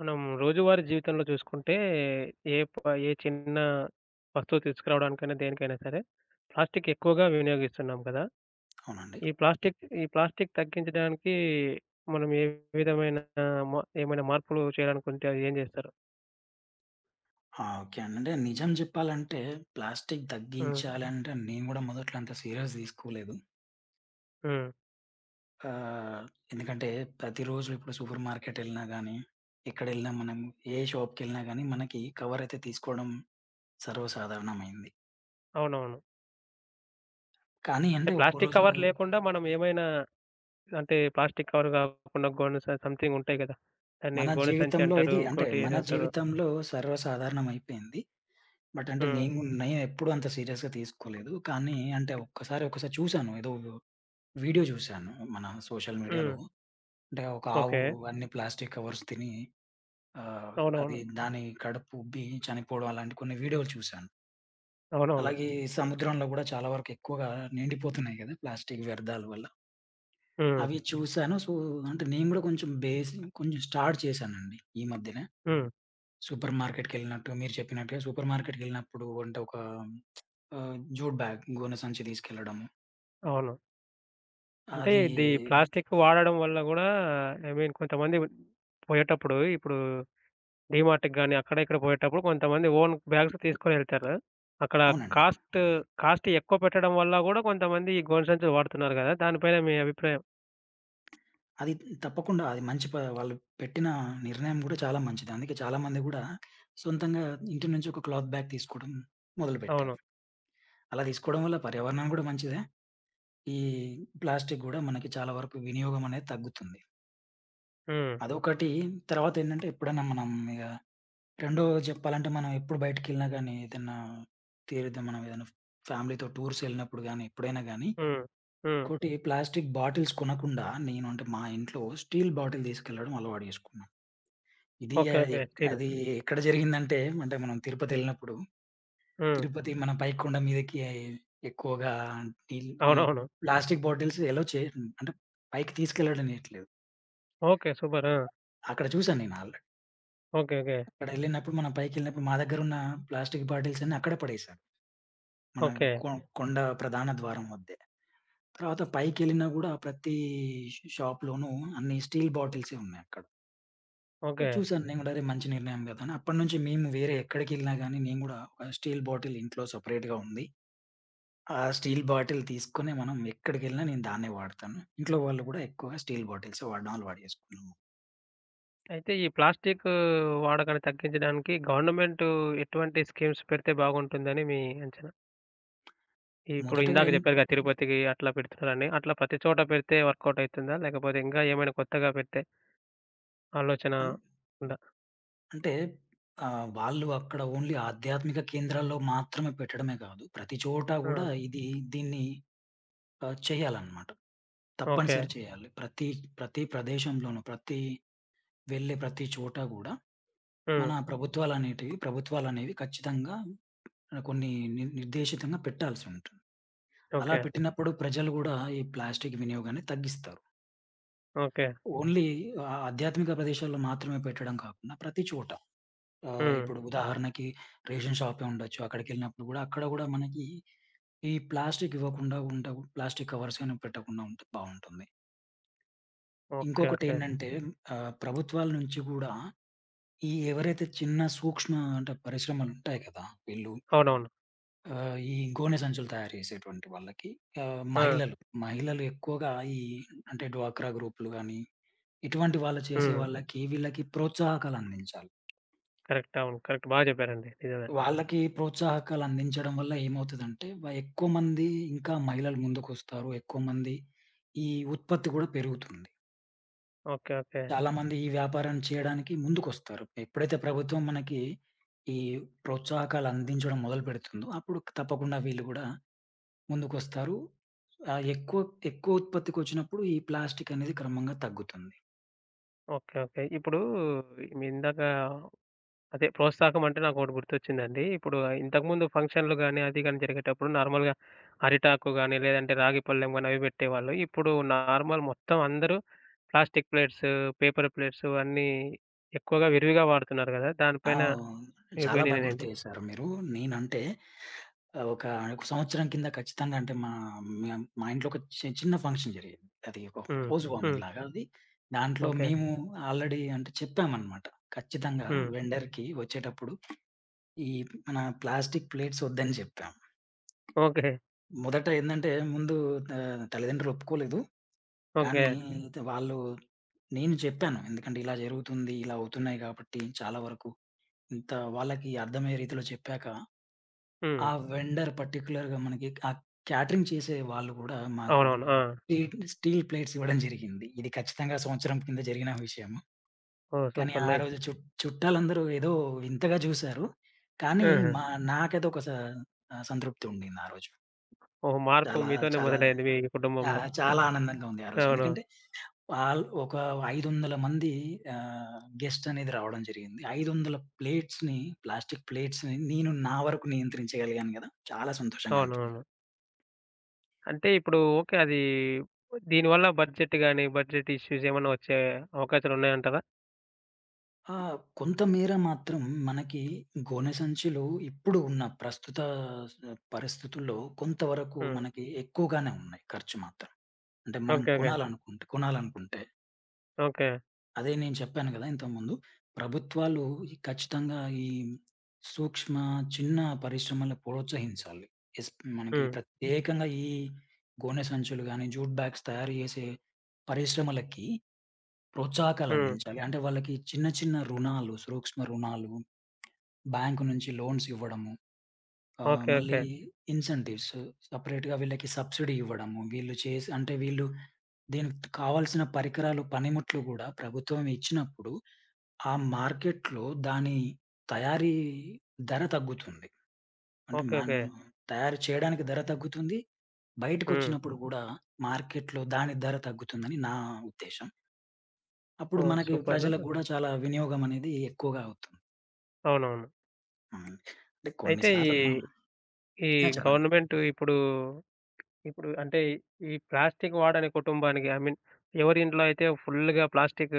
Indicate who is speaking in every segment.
Speaker 1: మనం రోజువారీ జీవితంలో చూసుకుంటే ఏ ప ఏ చిన్న వస్తువు తీసుకురావడానికైనా, దేనికైనా సరే ప్లాస్టిక్ ఎక్కువగా వినియోగిస్తున్నాం కదా!
Speaker 2: అవునండి.
Speaker 1: ఈ ప్లాస్టిక్ ఈ ప్లాస్టిక్ తగ్గించడానికి మనం ఏ విధమైన మ ఏమైనా మార్పులు చేయాలనుకుంటే అవి ఏం చేస్తారు?
Speaker 2: ఓకే అండి. అంటే నిజం జెప్పాలంటే ప్లాస్టిక్
Speaker 1: హ్మ్.
Speaker 2: తగ్గించాలంటే నేను గూడా మొదట్లో అంత సీరియస్ తీసుకోలేదు.
Speaker 1: హ్మ్.
Speaker 2: ఆహ్, ఎందుకంటే ప్రతిరోజు ఇప్పుడు సూపర్ మార్కెట్ ఎళ్ళినా గానీ, ఎక్కడెళ్ళినా మనం ఏ షాప్‌కెళ్ళినా గానీ మనకి కవర్ అయితే తీసుకోవడం సర్వసాధారణమైంది.
Speaker 1: అవునవును.
Speaker 2: కానీ
Speaker 1: అంటే
Speaker 2: అంటే
Speaker 1: ప్లాస్టిక్
Speaker 2: ఒకరోజు
Speaker 1: కవర్ లేకుండా మనం ఏమైనా అంటే ప్లాస్టిక్ కవర్ కాకుండా గోనె సంథింగ్ ఉంటాయి కదా! దాన్ని
Speaker 2: మన
Speaker 1: గోనె సంచి
Speaker 2: జీవితంలో
Speaker 1: అంటారు.
Speaker 2: ఇది అంటే
Speaker 1: ఇంకోటి
Speaker 2: మన
Speaker 1: ఏదో అంటారు.
Speaker 2: జీవితంలో సర్వసాధారణం అయిపోయింది. బట్ అంటే
Speaker 1: హ్మ్.
Speaker 2: నేను నేను ఎప్పుడూ అంత సీరియస్‌గా తీసుకోలేదు. కానీ అంటే ఒక్కసారి, ఒక్కసారి చూసాను. ఏదో వీడియో చూసాను మన సోషల్ మీడియాలో
Speaker 1: హ్మ్.
Speaker 2: అంటే ఒక ఆవు
Speaker 1: ఓకే.
Speaker 2: అన్ని ప్లాస్టిక్ కవర్స్ తిని ఆహ్, అది
Speaker 1: అవునవును.
Speaker 2: దాని కడుపు ఉబ్బి చనిపోవడం అలాంటి కొన్ని వీడియోలు చూశాను.
Speaker 1: అవునవును.
Speaker 2: అలాగే సముద్రంలో గూడా చాలా వరకు ఎక్కువగా నిండిపోతున్నాయి గదా! ప్లాస్టిక్ వ్యర్థాల వల్ల.
Speaker 1: హ్మ్.
Speaker 2: అవి చూశాను. సో, అంటే నేను గూడా కొంచెం కొంచెం స్టార్ట్ చేశానండి ఈ మధ్యనే.
Speaker 1: హ్మ్.
Speaker 2: సూపర్ మార్కెట్‌కెళ్ళినట్టు మీరు చెప్పినట్టుగా సూపర్ మార్కెట్‌కెళ్ళినప్పుడు అంటే ఒక జూట్ బ్యాగ్, గోనె సంచి తీసుకెళ్లడము.
Speaker 1: అవును. అంటే
Speaker 2: అది
Speaker 1: ఇది ప్లాస్టిక్ వాడడం వల్ల గూడా ఐ మీన్ కొంతమంది పోయేటప్పుడు ఇప్పుడు డీమార్ట్‌కి గాని, అక్కడ ఇక్కడ పోయేటప్పుడు కొంతమంది ఓన్ బ్యాగ్స్ తీసుకొనెళ్తారు. అక్కడ
Speaker 2: అవునండి.
Speaker 1: కాస్ట్, కాస్ట్ ఎక్కువ పెట్టడం వల్ల గూడా కొంతమంది ఈ గోను సంచులు వాడుతున్నారు గదా! దానిపైన మీ అభిప్రాయం?
Speaker 2: అది తప్పకుండా అది మంచి వాళ్ళు పెట్టిన నిర్ణయం గూడా చాలా మంచిది. అందుకే చాలామంది గూడా సొంతంగా ఇంటి నుంచి ఒక క్లాత్ బ్యాగ్ తీసుకోవడం
Speaker 1: అవును.
Speaker 2: మొదలుపెట్టారు. అలా తీసుకోవడం వల్ల పర్యావరణానికి గూడా మంచిదే. ఈ ప్లాస్టిక్ గూడా మనకి చాలా వరకు వినియోగం అనేది తగ్గుతుంది.
Speaker 1: హ్మ్.
Speaker 2: అదొకటి. తర్వాతేంటంటే ఎప్పుడైనా మనం ఇగ రెండోది చెప్పాలంటే మనం ఎప్పుడు బయటికెళ్ళినా గానీ ఏదన్నా తీరితే మనం ఏదైనా ఫ్యామిలీతో టూర్స్ ఎళ్ళినప్పుడు గానీ, ఎప్పుడైనా గానీ
Speaker 1: హ్మ్. హ్మ్.
Speaker 2: ఇంకోటి ప్లాస్టిక్ బాటిల్స్ కొనకుండా నేను అంటే మా ఇంట్లో స్టీల్ బాటిల్ తీసుకెళ్ళడం అలవాటు చేసుకున్నా. ఇది
Speaker 1: ఓకే.
Speaker 2: ఆహ్,
Speaker 1: ఓకే.
Speaker 2: ఎక్
Speaker 1: స్టీల్.
Speaker 2: అది ఎక్కడ జరిగిందంటే, అంటే మనం తిరుపతెళ్ళినప్పుడు,
Speaker 1: హ్మ్.
Speaker 2: తిరుపతి మన పై కొండ మీదకి ఎక్కువగా నీళ్ళు
Speaker 1: అవునవును.
Speaker 2: ప్లాస్టిక్ బాటిల్స్ ఎలో చే అంటే పైకి తీసుకెళ్ళడనియట్లేదు.
Speaker 1: ఓకే. సూపర్. ఆ!
Speaker 2: అక్కడ చూసాను నేను ఆల్రెడీ.
Speaker 1: ఓకే. ఓకే.
Speaker 2: అక్కడెళ్ళినప్పుడు మనం పైకెళ్ళినప్పుడు మా దగ్గరున్న ప్లాస్టిక్ బాటిల్స్ అన్నీ అక్కడే పడేశారు. మన
Speaker 1: ఓకే.
Speaker 2: కొ కొండ ప్రధాన ద్వారం వద్దే. తర్వాత పైకెళ్ళినా గూడా ప్రతి షాప్‌లోనూ అన్ని స్టీల్ బాటిల్సే ఉన్నాయక్కడ.
Speaker 1: ఓకే.
Speaker 2: చూసాను నేను గూడా. అరె! మంచి నిర్ణయం గదా! అని అప్పటినుంచి మేము వేరే ఎక్కడికెళ్ళినా గానీ, నేను గూడా ఒక స్టీల్ బాటిల్ ఇంట్లో సెపరేట్‌గా ఉంది. ఆ స్టీల్ బాటిల్ తీసుకొని మనం ఎక్కడికెళ్ళినా నేను దాన్నే వాడతాను. ఇంట్లో వాళ్ళు గూడా ఎక్కువగా స్టీల్ బాటిల్సే వాడడం అలవాటు చేసుకున్నాము.
Speaker 1: అయితే ఈ ప్లాస్టిక్ వాడకాన్ని తగ్గించడానికి గవర్నమెంట్ ఎటువంటి స్కీమ్స్ పెడితే బాగుంటుందని మీ అంచనా? ఇప్పుడు
Speaker 2: మొదటగా
Speaker 1: ఇందాక
Speaker 2: ఏం
Speaker 1: చెప్పారుగా తిరుపతికి అట్లా పెడుతున్నారని. అట్లా ప్రతి చోట పెడితే వర్కౌట్ అయితుందా? లేకపోతే ఇంకా ఏమైనా కొత్తగా పెడితే ఆలోచన
Speaker 2: అం
Speaker 1: ఉందా?
Speaker 2: అంటే వాళ్ళు అక్కడ ఓన్లీ ఆధ్యాత్మిక కేంద్రాల్లో మాత్రమే పెట్టడమే గాదు. ప్రతి చోట
Speaker 1: ఆ!
Speaker 2: గూడా దీన్ని చేయాలన్నమాట.
Speaker 1: ఓకే.
Speaker 2: తప్పనిసరి చేయాలి. ప్రతి ప్రతి ప్రదేశంలోనూ, ప్రతి వెళ్ళే ప్రతి చోట గూడా
Speaker 1: హ్మ్.
Speaker 2: మన ప్రభుత్వాలనేవి ఖచ్చితంగా కొన్ని నిర్దేశితంగా పెట్టాల్సి ఉంటుంది. అలా
Speaker 1: ఓకే.
Speaker 2: పెట్టినప్పుడు ప్రజలు గూడా ఈ ప్లాస్టిక్ వినియోగాన్ని తగ్గిస్తారు.
Speaker 1: ఓకే.
Speaker 2: ఓన్లీ ఆధ్యాత్మిక ప్రదేశాల్లో మాత్రమే పెట్టడం కాకుండా ప్రతి చోట
Speaker 1: హ్మ్.
Speaker 2: ఇప్పుడు ఉదాహరణకి రేషన్ షాపే ఉండొచ్చు. అక్కడికెళ్ళినప్పుడు గూడా అక్కడ గూడా మనకి ఈ ప్లాస్టిక్ ఇవ్వకుండా ఉండవు. ప్లాస్టిక్ కవర్స్ గాని పెట్టకుండా ఉంటే బావుంటుంది.
Speaker 1: ఓకే. ఓకే.
Speaker 2: ఇంకొకటేంటంటే ప్రభుత్వాల నుంచి గూడా ఈ ఎవరైతే చిన్న సూక్ష్మ అంటే పరిశ్రమలుంటాయి కదా! వీళ్ళు
Speaker 1: అవునవును.
Speaker 2: ఈ గోనె సంచులు తయారు చేసేటువంటి వాళ్ళకి ఆహ్,
Speaker 1: ఆ!
Speaker 2: మహిళలు, మహిళలు ఎక్కువగా ఈ అంటే డ్వాక్రా గ్రూప్‌లు గాని, ఇటువంటి వాళ్ళు చేసే
Speaker 1: హ్మ్.
Speaker 2: వాళ్ళకి వీళ్ళకి ప్రోత్సాహకాలు అందించాలి.
Speaker 1: కరెక్ట్. అవును. కరెక్ట్. బా చెప్పారండి. నిజమే.
Speaker 2: వాళ్ళకి ప్రోత్సాహకాలు అందించడం వల్ల ఏమవుతదంటే, ఎక్కువ మంది ఇంకా మహిళలు ముందుకొస్తారు. ఎక్కువ మంది ఈ ఉత్పత్తి కూడా పెరుగుతుంది.
Speaker 1: ఓకే. ఓకే.
Speaker 2: చాలామంది ఈ వ్యాపారం చేయడానికి ముందుకొస్తారు. ఎప్పుడైతే ప్రభుత్వం మనకి ఈ ప్రోత్సాహకాలు అందించడం మొదలుపెడుతుందో, అప్పుడు తప్పకుండా వీళ్ళు కూడా ముందుకొస్తారు. ఆహ్, ఎక్కువ ఎక్కువ ఉత్పత్తికొచ్చినప్పుడు ఈ ప్లాస్టిక్ అనేది క్రమంగా తగ్గుతుంది.
Speaker 1: ఓకే. ఓకే. ఇప్పుడు మీరిందాక అదే ప్రోత్సాహం అంటే నాకోటి గుర్తొచ్చిందండి. ఇప్పుడు ఇంతకుముందు ఫంక్షన్‌లు గాని, అది గాని జరిగేటప్పుడు నార్మల్‌గా అరిటాకు గాని, లేదంటే రాగి పళ్ళెం గాని అవి పెట్టేవాళ్ళు. ఇప్పుడు నార్మల్ మొత్తం అందరూ ప్లాస్టిక్ ప్లేట్స్, పేపర్ ప్లేట్స్ అన్నీ ఎక్కువగా విరివిగా వాడుతున్నారు గదా!
Speaker 2: ఆ!
Speaker 1: దానిపైన మీ
Speaker 2: చాలా బాగా గుర్తు
Speaker 1: ఒపీనియనేంటి?
Speaker 2: చేశారు మీరు. నేనంటే ఒక ఒక సంవత్సరం కింద ఖచ్చితంగా అంటే మేం మా ఇంట్లో ఒక చిన్న ఫంక్షన్ జరిగింది. అది ఒక
Speaker 1: హ్మ్.
Speaker 2: హౌస్ వార్మింగ్
Speaker 1: హ్మ్.
Speaker 2: లాగా అది. దాంట్లో
Speaker 1: ఓకే.
Speaker 2: మేము ఆల్రెడీ అంటే చెప్పామన్నమాట. ఖచ్చితంగా
Speaker 1: హ్మ్.
Speaker 2: వెండర్‌కి వచ్చేటప్పుడు ఈ మన ప్లాస్టిక్ ప్లేట్స్ వద్దని చెప్పాం.
Speaker 1: ఓకే.
Speaker 2: మొదట ఏందంటే ముందు తల్లిదండ్రులు ఒప్పుకోలేదు.
Speaker 1: ఓకే.
Speaker 2: కానీ అయితే వాళ్ళు నేను చెప్పాను. ఎందుకంటే ఇలా జరుగుతుంది, ఇలా అవుతున్నాయి కాబట్టి చాలా వరకు ఇంత వాళ్ళకి అర్థమయ్యే రీతిలో చెప్పాక,
Speaker 1: హ్మ్.
Speaker 2: ఆ వెండర్ పర్టిక్యులర్‌గా మనకి ఆ క్యాటరింగ్ చేసే వాళ్ళు గూడా మాకు
Speaker 1: అవునవును. ఆ!
Speaker 2: స్టీల్ స్టీల్ ప్లేట్స్ ఇవ్వడం జరిగింది. ఇది ఖచ్చితంగా సంవత్సరం కింద జరిగిన విషయము.
Speaker 1: ఓహ్!
Speaker 2: కానీ
Speaker 1: సూపర్
Speaker 2: ఆ
Speaker 1: నైస్.
Speaker 2: రోజు చుట్టాలందరూ ఏదో వింతగా చూసారు. కానీ
Speaker 1: ఆహా!
Speaker 2: మా నాకైతే సంతృప్తి ఉండింది ఆ రోజు.
Speaker 1: ఓహ్! మార్పు
Speaker 2: చాలా
Speaker 1: మీతోనే
Speaker 2: చాలా
Speaker 1: మొదలైంది మీ
Speaker 2: ఆ!
Speaker 1: కుటుంబంలో.
Speaker 2: చాలా ఆనందంగా ఉంది ఆ రోజు.
Speaker 1: అవును.
Speaker 2: ఎందుకంటే ఒక 500 మంది గెస్ట్ అనేది రావడం జరిగింది. 500 ప్లేట్స్‌ని ప్లాస్టిక్ ప్లేట్స్‌ని నేను నా వరకు నియంత్రించగలిగాను గదా! చాలా సంతోషంగా
Speaker 1: అవునవును. అంటే ఇప్పుడు ఓకే. అది దీనివల్ల బడ్జెట్ గాని, బడ్జెట్ ఇష్యూస్ ఏమన్నా వచ్చే అవకాశాలున్నాయంటారా?
Speaker 2: ఆ! కొంతమేర మాత్రం మనకి గోనె సంచులు ఇప్పుడు ఉన్న ప్రస్తుత స పరిస్థితుల్లో కొంతవరకు
Speaker 1: హ్మ్.
Speaker 2: మనకి ఎక్కువగానే ఉన్నాయి ఖర్చు మాత్రం. అంటే మనం
Speaker 1: ఓకే. ఓకే.
Speaker 2: కొనాలనుకుంటే కొనాలనుకుంటే
Speaker 1: ఓకే.
Speaker 2: అదే నేను చెప్పాను గదా! ఇంతకుముందు. ప్రభుత్వాలు ఈ ఖచ్చితంగా ఈ సూక్ష్మ, చిన్న పరిశ్రమలను ప్రోత్సహించాలి. ఎస్ మనకి
Speaker 1: హ్మ్.
Speaker 2: ప్రత్యేకంగా ఈ గోనె సంచులు గాని, జూట్ బ్యాగ్స్ తయారు చేసే పరిశ్రమలకి ప్రోత్సాహకాలు
Speaker 1: హ్మ్.
Speaker 2: అందించాలి. అంటే వాళ్ళకి చిన్న, చిన్న రుణాలు, సూక్ష్మ రుణాలు, బ్యాంకు నుంచి లోన్స్ ఇవ్వడము.
Speaker 1: ఓకే.
Speaker 2: మళ్ళీ
Speaker 1: ఓకే.
Speaker 2: ఇన్సెంటివ్స్ సెపరేట్‌గా వీళ్ళకి సబ్సిడీ ఇవ్వడము. వీళ్ళు చేసి అంటే వీళ్ళు దీనికి కావాల్సిన పరికరాలు, పనిముట్లు గూడా ప్రభుత్వం ఇచ్చినప్పుడు, ఆ మార్కెట్‌లో దాని తయారీ ధర తగ్గుతుంది. అంటే
Speaker 1: ఓకే. ఓకే.
Speaker 2: మ్యాను తయారు చేయడానికి ధర తగ్గుతుంది.
Speaker 1: హ్మ్.
Speaker 2: బయటకొచ్చినప్పుడు గూడా మార్కెట్‌లో దాని ధర తగ్గుతుందని నా ఉద్దేశ్యం. అప్పుడు
Speaker 1: ఓహ్!
Speaker 2: మనకి
Speaker 1: సూపర్.
Speaker 2: ప్రజలకు గూడా చాలా వినియోగం అనేది ఎక్కువగా అవుతుంది.
Speaker 1: అవునవును.
Speaker 2: హ్మ్. అంటే కొన్ని
Speaker 1: అయితే ఈ,
Speaker 2: సార్లు మా
Speaker 1: ఈ
Speaker 2: ఆ! చెప్పండి.
Speaker 1: గవర్నమెంట్ ఇప్పుడు అంటే ఈ ప్లాస్టిక్ వాడని కుటుంబానికి ఐ మీన్ ఎవరి ఇంట్లో అయితే ఫుల్‌గా ప్లాస్టిక్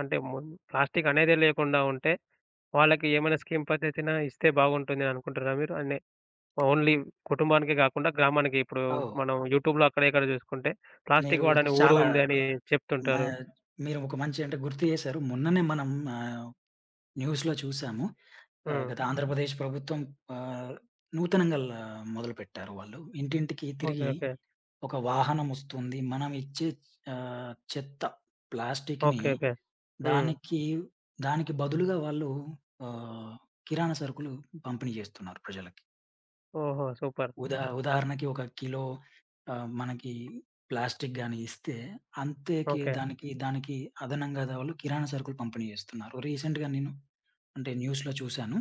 Speaker 1: అంటే మున్ ప్లాస్టిక్ అనేదే లేకుండా ఉంటే వాళ్ళకి ఏమైనా స్కీమ్ పద్ధతిన ఇస్తే బాగుంటుందని అనుకుంటున్నారా మీరు? అన్ని ఓన్లీ కుటుంబానికే గాకుండా గ్రామానికి ఇప్పుడు
Speaker 2: ఓహ్!
Speaker 1: మనం యూట్యూబ్‌లో అక్కడ ఇక్కడ జూసుకుంటే
Speaker 2: మీరు
Speaker 1: ప్లాస్టిక్ వాడని ఊరు
Speaker 2: చాలా
Speaker 1: ఉంది అని
Speaker 2: మా
Speaker 1: చెప్తుంటారు.
Speaker 2: మీరు ఒక మంచి అంటే గుర్తు చేశారు. మొన్ననే మనం ఆహ్, న్యూస్‌లో చూసాము.
Speaker 1: హ్మ్.
Speaker 2: గత ఆంధ్రప్రదేశ్ ప్రభుత్వం ఆహ్, నూతనంగా మొదలుపెట్టారు వాళ్ళు. ఇంటింటికి
Speaker 1: ఓకే.
Speaker 2: తిరిగి
Speaker 1: ఓకే.
Speaker 2: ఒక వాహనం వస్తుంది. మనం ఇచ్చే చెత్త ప్లాస్టిక్‌ని
Speaker 1: ఓకే. ఓకే. హ్మ్.
Speaker 2: దానికి దానికి బదులుగా వాళ్ళు ఆహ్, కిరాణా సరుకులు పంపిణీ చేస్తున్నారు ప్రజలకి.
Speaker 1: ఓహో! సూపర్.
Speaker 2: ఉదాహరణకి ఒక కిలో మనకి ప్లాస్టిక్ గాని ఇస్తే, అంతేకి
Speaker 1: ఓకే.
Speaker 2: దానికి అదనంగా వాళ్ళు కిరాణా సరుకులు పంపిణీ చేస్తున్నారు. రీసెంట్‌గా నేను అంటే న్యూస్‌లో చూసాను.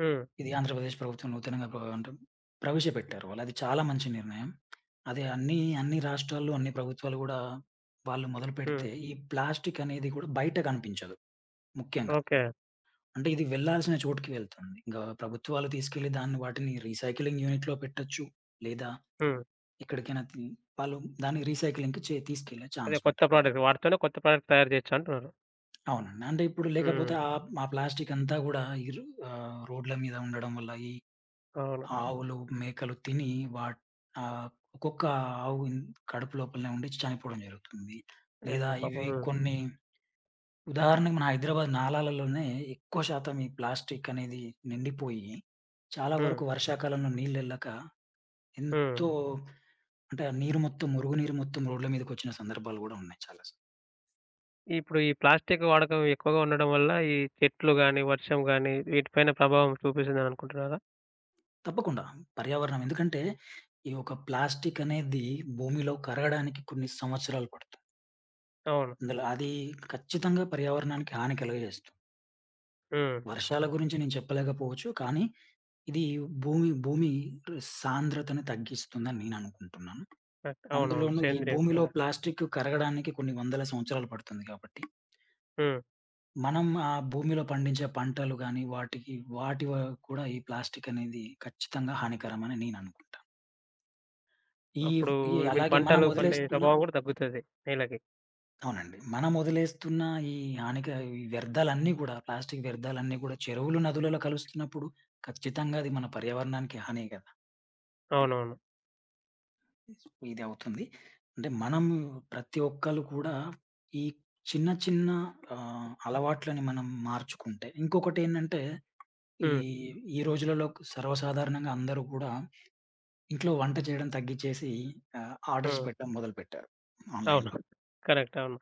Speaker 1: హ్మ్.
Speaker 2: ఇది ఆంధ్రప్రదేశ్ ప్రభుత్వం నూతనంగా ప్రవేశపెట్టారు వాళ్ళు. అది చాలా మంచి నిర్ణయం. అదే అన్ని రాష్ట్రాల్లో, అన్ని ప్రభుత్వాలు గూడా వాళ్ళు
Speaker 1: హ్మ్.
Speaker 2: మొదలుపెడితే, ఈ ప్లాస్టిక్ అనేది కూడా బయట కనిపించదు ముఖ్యంగా.
Speaker 1: ఓకే.
Speaker 2: అంటే ఇది వెళ్ళాల్సిన చోటుకి వెళ్తుంది. ఇంగా ప్రభుత్వాలు తీసుకెళ్ళి దాన్ని వాటిని రీసైక్లింగ్ యూనిట్‌లో పెట్టొచ్చు. లేదా
Speaker 1: హ్మ్.
Speaker 2: ఇక్కడికైనా తీ వాళ్ళు దాన్ని రీసైక్లింగ్‌కి తీసుకెళ్ళే
Speaker 1: అదే
Speaker 2: ఛాన్స్
Speaker 1: కొత్త
Speaker 2: ఉంటది.
Speaker 1: ప్రోడక్ట్. వాటితోనే కొత్త ప్రోడక్ట్ తయారు జేయొచ్చు అంటున్నారు.
Speaker 2: అవునండి. అంటే ఇప్పుడు లేకపోతే
Speaker 1: హ్మ్.
Speaker 2: ఆ ప్లాస్టిక్ అంతా గూడా రోడ్ల మీద ఉండడం వల్ల ఈ
Speaker 1: అవును.
Speaker 2: ఆవులు, మేకలు తిని వాట్ ఆహ్, ఒక్కొక్క ఆవు ఇన్- కడుపు లోపలనే ఉండి చనిపోవడం జరుగుతుంది. లేదా
Speaker 1: అయ్యో! పాపం.
Speaker 2: ఇవి
Speaker 1: హ్మ్.
Speaker 2: కొన్ని ఉదాహరణకు మన హైదరాబాద్ నాలాలలోనే ఎక్కువ శాతం ఈ ప్లాస్టిక్ అనేది నిండిపోయి చాలా
Speaker 1: హ్మ్.
Speaker 2: వరకు వర్షాకాలంలో నీళ్ళెళ్ళక
Speaker 1: హ్మ్.
Speaker 2: ఎంతో అంటే ఆ నీరు మొత్తం, మురుగు నీరు మొత్తం రోడ్ల మీదకొచ్చిన సందర్భాలు గూడా ఉన్నాయి చాలా సార్లు.
Speaker 1: ఇప్పుడు ఈ ప్లాస్టిక్ వాడకం ఎక్కువగా ఉండడం వల్ల ఈ చెట్లు గాని, వర్షం గాని వీటిపైన ప్రభావం చూపిస్తుందని అనుకుంటున్నారా?
Speaker 2: తప్పకుండా. పర్యావరణం ఎందుకంటే, ఈ ఒక ప్లాస్టిక్ అనేది భూమిలో కరగడానికి కొన్ని సంవత్సరాలు పడుతుంది.
Speaker 1: అవును.
Speaker 2: అందులో అది ఖచ్చితంగా పర్యావరణానికి హాని కలుగజేస్తుంది.
Speaker 1: హ్మ్.
Speaker 2: వర్షాల గురించి నేను చెప్పలేకపోవచ్చు. కానీ, ఇది భూమి భూమి సాంద్రతను తగ్గిస్తుందని నేను అనుకుంటున్నాను.
Speaker 1: కరెక్ట్. అవునవును.
Speaker 2: అందులోనూ ఈ
Speaker 1: సేంద్రీయ
Speaker 2: భూమిలో
Speaker 1: పరంగా.
Speaker 2: ప్లాస్టిక్ కరగడానికి కొన్ని వందల సంవత్సరాలు పడుతుంది కాబట్టి,
Speaker 1: హ్మ్.
Speaker 2: మనం ఆ భూమిలో పండించే పంటలు గాని, వాటికి వాటి వ కూడా ఈ ప్లాస్టిక్ అనేది ఖచ్చితంగా హానికరమని నేను అనుకుంటా. ఈ
Speaker 1: అప్పుడు
Speaker 2: ఈ
Speaker 1: ఐ మీన్
Speaker 2: అలాగే మనం
Speaker 1: పంటలు పండే
Speaker 2: వదిలేస్తున్న
Speaker 1: స్వభావం గూడా తగ్గుతది నేలకి.
Speaker 2: అవునండి. మనం వదిలేస్తున్న ఈ హానిక ఈ వ్యర్థాలన్నీ గూడా ప్లాస్టిక్ వ్యర్థాలన్నీ గూడా చెరువులు, నదులలో కలుస్తున్నప్పుడు ఖచ్చితంగా అది మన పర్యావరణానికి హానే గదా!
Speaker 1: అవునవును.
Speaker 2: ఇది అవుతుంది. అంటే మనం ప్రతి ఒక్కళ్ళు కూడా ఈ చిన్న చిన్న అలవాట్లని మనం మార్చుకుంటే ఇంకొకటేంటంటే ఈ
Speaker 1: హ్మ్.
Speaker 2: ఈ రోజులలో సర్వసాధారణంగా అందరూ కూడా ఇంట్లో వంట చేయడం తగ్గిచ్చేసి ఆర్డర్స్
Speaker 1: హ్మ్.
Speaker 2: పెట్టడం మొదలుపెట్టారు
Speaker 1: అవును.
Speaker 2: ఆన్‌లైన్‌లో.
Speaker 1: కరెక్ట్. అవును.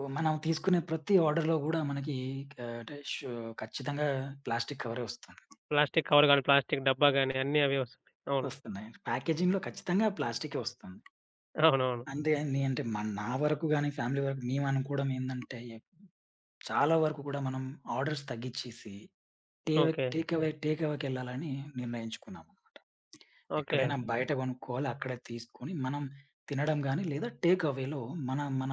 Speaker 2: ఓహ్! మనం తీసుకునే ప్రతి ఆర్డర్‌లో గూడా మనకి ఆహ్, అంటే షూ ఖచ్చితంగా ప్లాస్టిక్ కవరే వస్తుంది.
Speaker 1: ప్లాస్టిక్ కవర్ గాని, ప్లాస్టిక్ డబ్బా గాని అన్నీ అవే వస్తున్నాయి. అవును.
Speaker 2: వస్తున్నాయి. ప్యాకేజింగ్‌లో ఖచ్చితంగా ప్లాస్టికే వస్తుంది.
Speaker 1: అవునవును.
Speaker 2: అంటే నీ అంటే మన నా వరకు గాని, ఫ్యామిలీ వరకు మేమనుకోవడం ఏందంటే, చాలా వరకు కూడా మనం ఆర్డర్స్ తగ్గిచ్చేసి take
Speaker 1: okay.
Speaker 2: Take away take అవేకెళ్ళాలని నిర్ణయించుకున్నాము.
Speaker 1: ఓకే.
Speaker 2: ఎక్కడైనా బయట కొనుక్కోవాలి, అక్కడే తీసుకొని మనం తినడం గాని, లేదా టేక్ అవేలో మన మన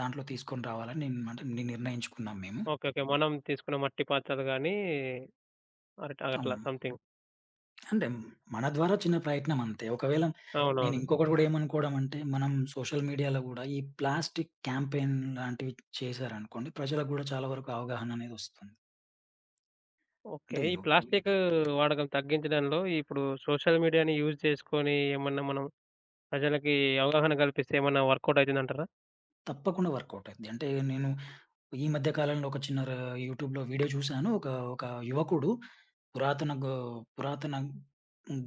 Speaker 2: దాంట్లో తీసుకొని రావాలని నేను నిర్ణయించుకున్నాం మేము.
Speaker 1: ఓకే. ఓకే. మనం తీసుకున్న మట్టి పాత్రలు గాని అరట అట్లా
Speaker 2: అవును.
Speaker 1: సంథింగ్.
Speaker 2: అంటే మన ద్వారా చిన్న ప్రయత్నం అంతే. ఒకవేళ నేను
Speaker 1: అవునవును.
Speaker 2: ఇంకొకటి గూడా ఏమనుకోవడం అంటే, మనం సోషల్ మీడియాలో గూడా ఈ ప్లాస్టిక్ క్యాంపెయిన్ లాంటివి చేశారనుకోండి, ప్రజలకు గూడా చాలా వరకు అవగాహన అనేది వస్తుంది.
Speaker 1: ఓకే.
Speaker 2: అంటే
Speaker 1: ఈ
Speaker 2: ఇది ఒక-
Speaker 1: ప్లాస్టిక్ వాడకం తగ్గించడంలో ఇప్పుడు సోషల్ మీడియాని యూజ్ చేసుకొని ఏమన్నా మనం ప్రజలకి అవగాహన కల్పిస్తే ఏమన్నా వర్కౌట్ అయితదంటారా?
Speaker 2: తప్పకుండా వర్కౌట్ అయిద్ది. అంటే నేను ఈ మధ్య కాలంలో ఒక చిన్న ర యూట్యూబ్‌లో వీడియో చూశాను. ఒక ఒక యువకుడు పురాతన గో పురాతన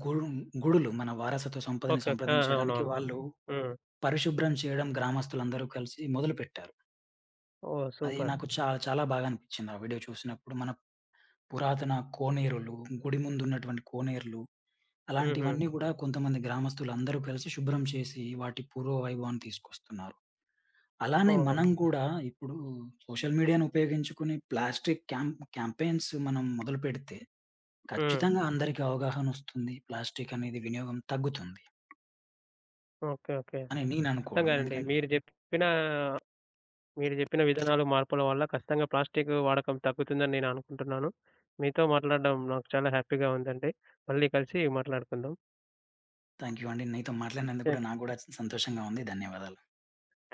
Speaker 2: గుడు గుడులు మన వారసత్వ
Speaker 1: ఓకే.
Speaker 2: సంపదని
Speaker 1: ఓకే. ఆ!
Speaker 2: సంప్రదించడానికి
Speaker 1: అవునవును.
Speaker 2: వాళ్ళు
Speaker 1: హ్మ్.
Speaker 2: పరిశుభ్రం చేయడం గ్రామస్తులందరూ కలిసి మొదలుపెట్టారు.
Speaker 1: ఓహ్!
Speaker 2: అది
Speaker 1: సూపర్.
Speaker 2: నాకు చాలా, చాలా బాగా అనిపించింది. ఆ వీడియో చూసినప్పుడు. మన పురాతన కోనేరులు, గుడి ముందున్నటువంటి కోనేరులు
Speaker 1: హుహు.
Speaker 2: అలాంటివన్నీ గూడా కొంతమంది గ్రామస్తులందరూ కలిసి శుభ్రం చేసి వాటి పూర్వ వైభవాన్ని తీసుకొస్తున్నారు. అలానే
Speaker 1: ఓహో!
Speaker 2: మనం గూడా ఇప్పుడు సోషల్ మీడియాను ఉపయోగించుకుని ప్లాస్టిక్ క్యాంపెయిన్స్ మనం మొదలుపెడితే
Speaker 1: హ్మ్.
Speaker 2: ఖచ్చితంగా అందరికి అవగాహనొస్తుంది. ప్లాస్టిక్ అనేది వినియోగం తగ్గుతుంది
Speaker 1: ఓకే. ఓకే.
Speaker 2: అని నేను అనుకోవడం.
Speaker 1: ఖచ్చితంగానండి.
Speaker 2: ఎందుకంటే
Speaker 1: మీరు జెప్పిన విధానాలు, మార్పుల వల్ల ఖచ్చితంగా ప్లాస్టిక్ వాడకం తగ్గుతుందని నేను అనుకుంటున్నాను. మీతో మాట్లాడడం నాకు చాలా హ్యాపీగా ఉందండి. మళ్ళీ కలిసి మాట్లాడుకుందాం.
Speaker 2: థాంక్ యూ అండి. మీతో మాట్లాడినందుకు కూడా
Speaker 1: థాంక్
Speaker 2: నాకు గూడా సంతోషంగా ఉంది. ధన్యవాదాలు.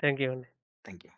Speaker 1: థాంక్ యూ అండి.
Speaker 2: Thank you.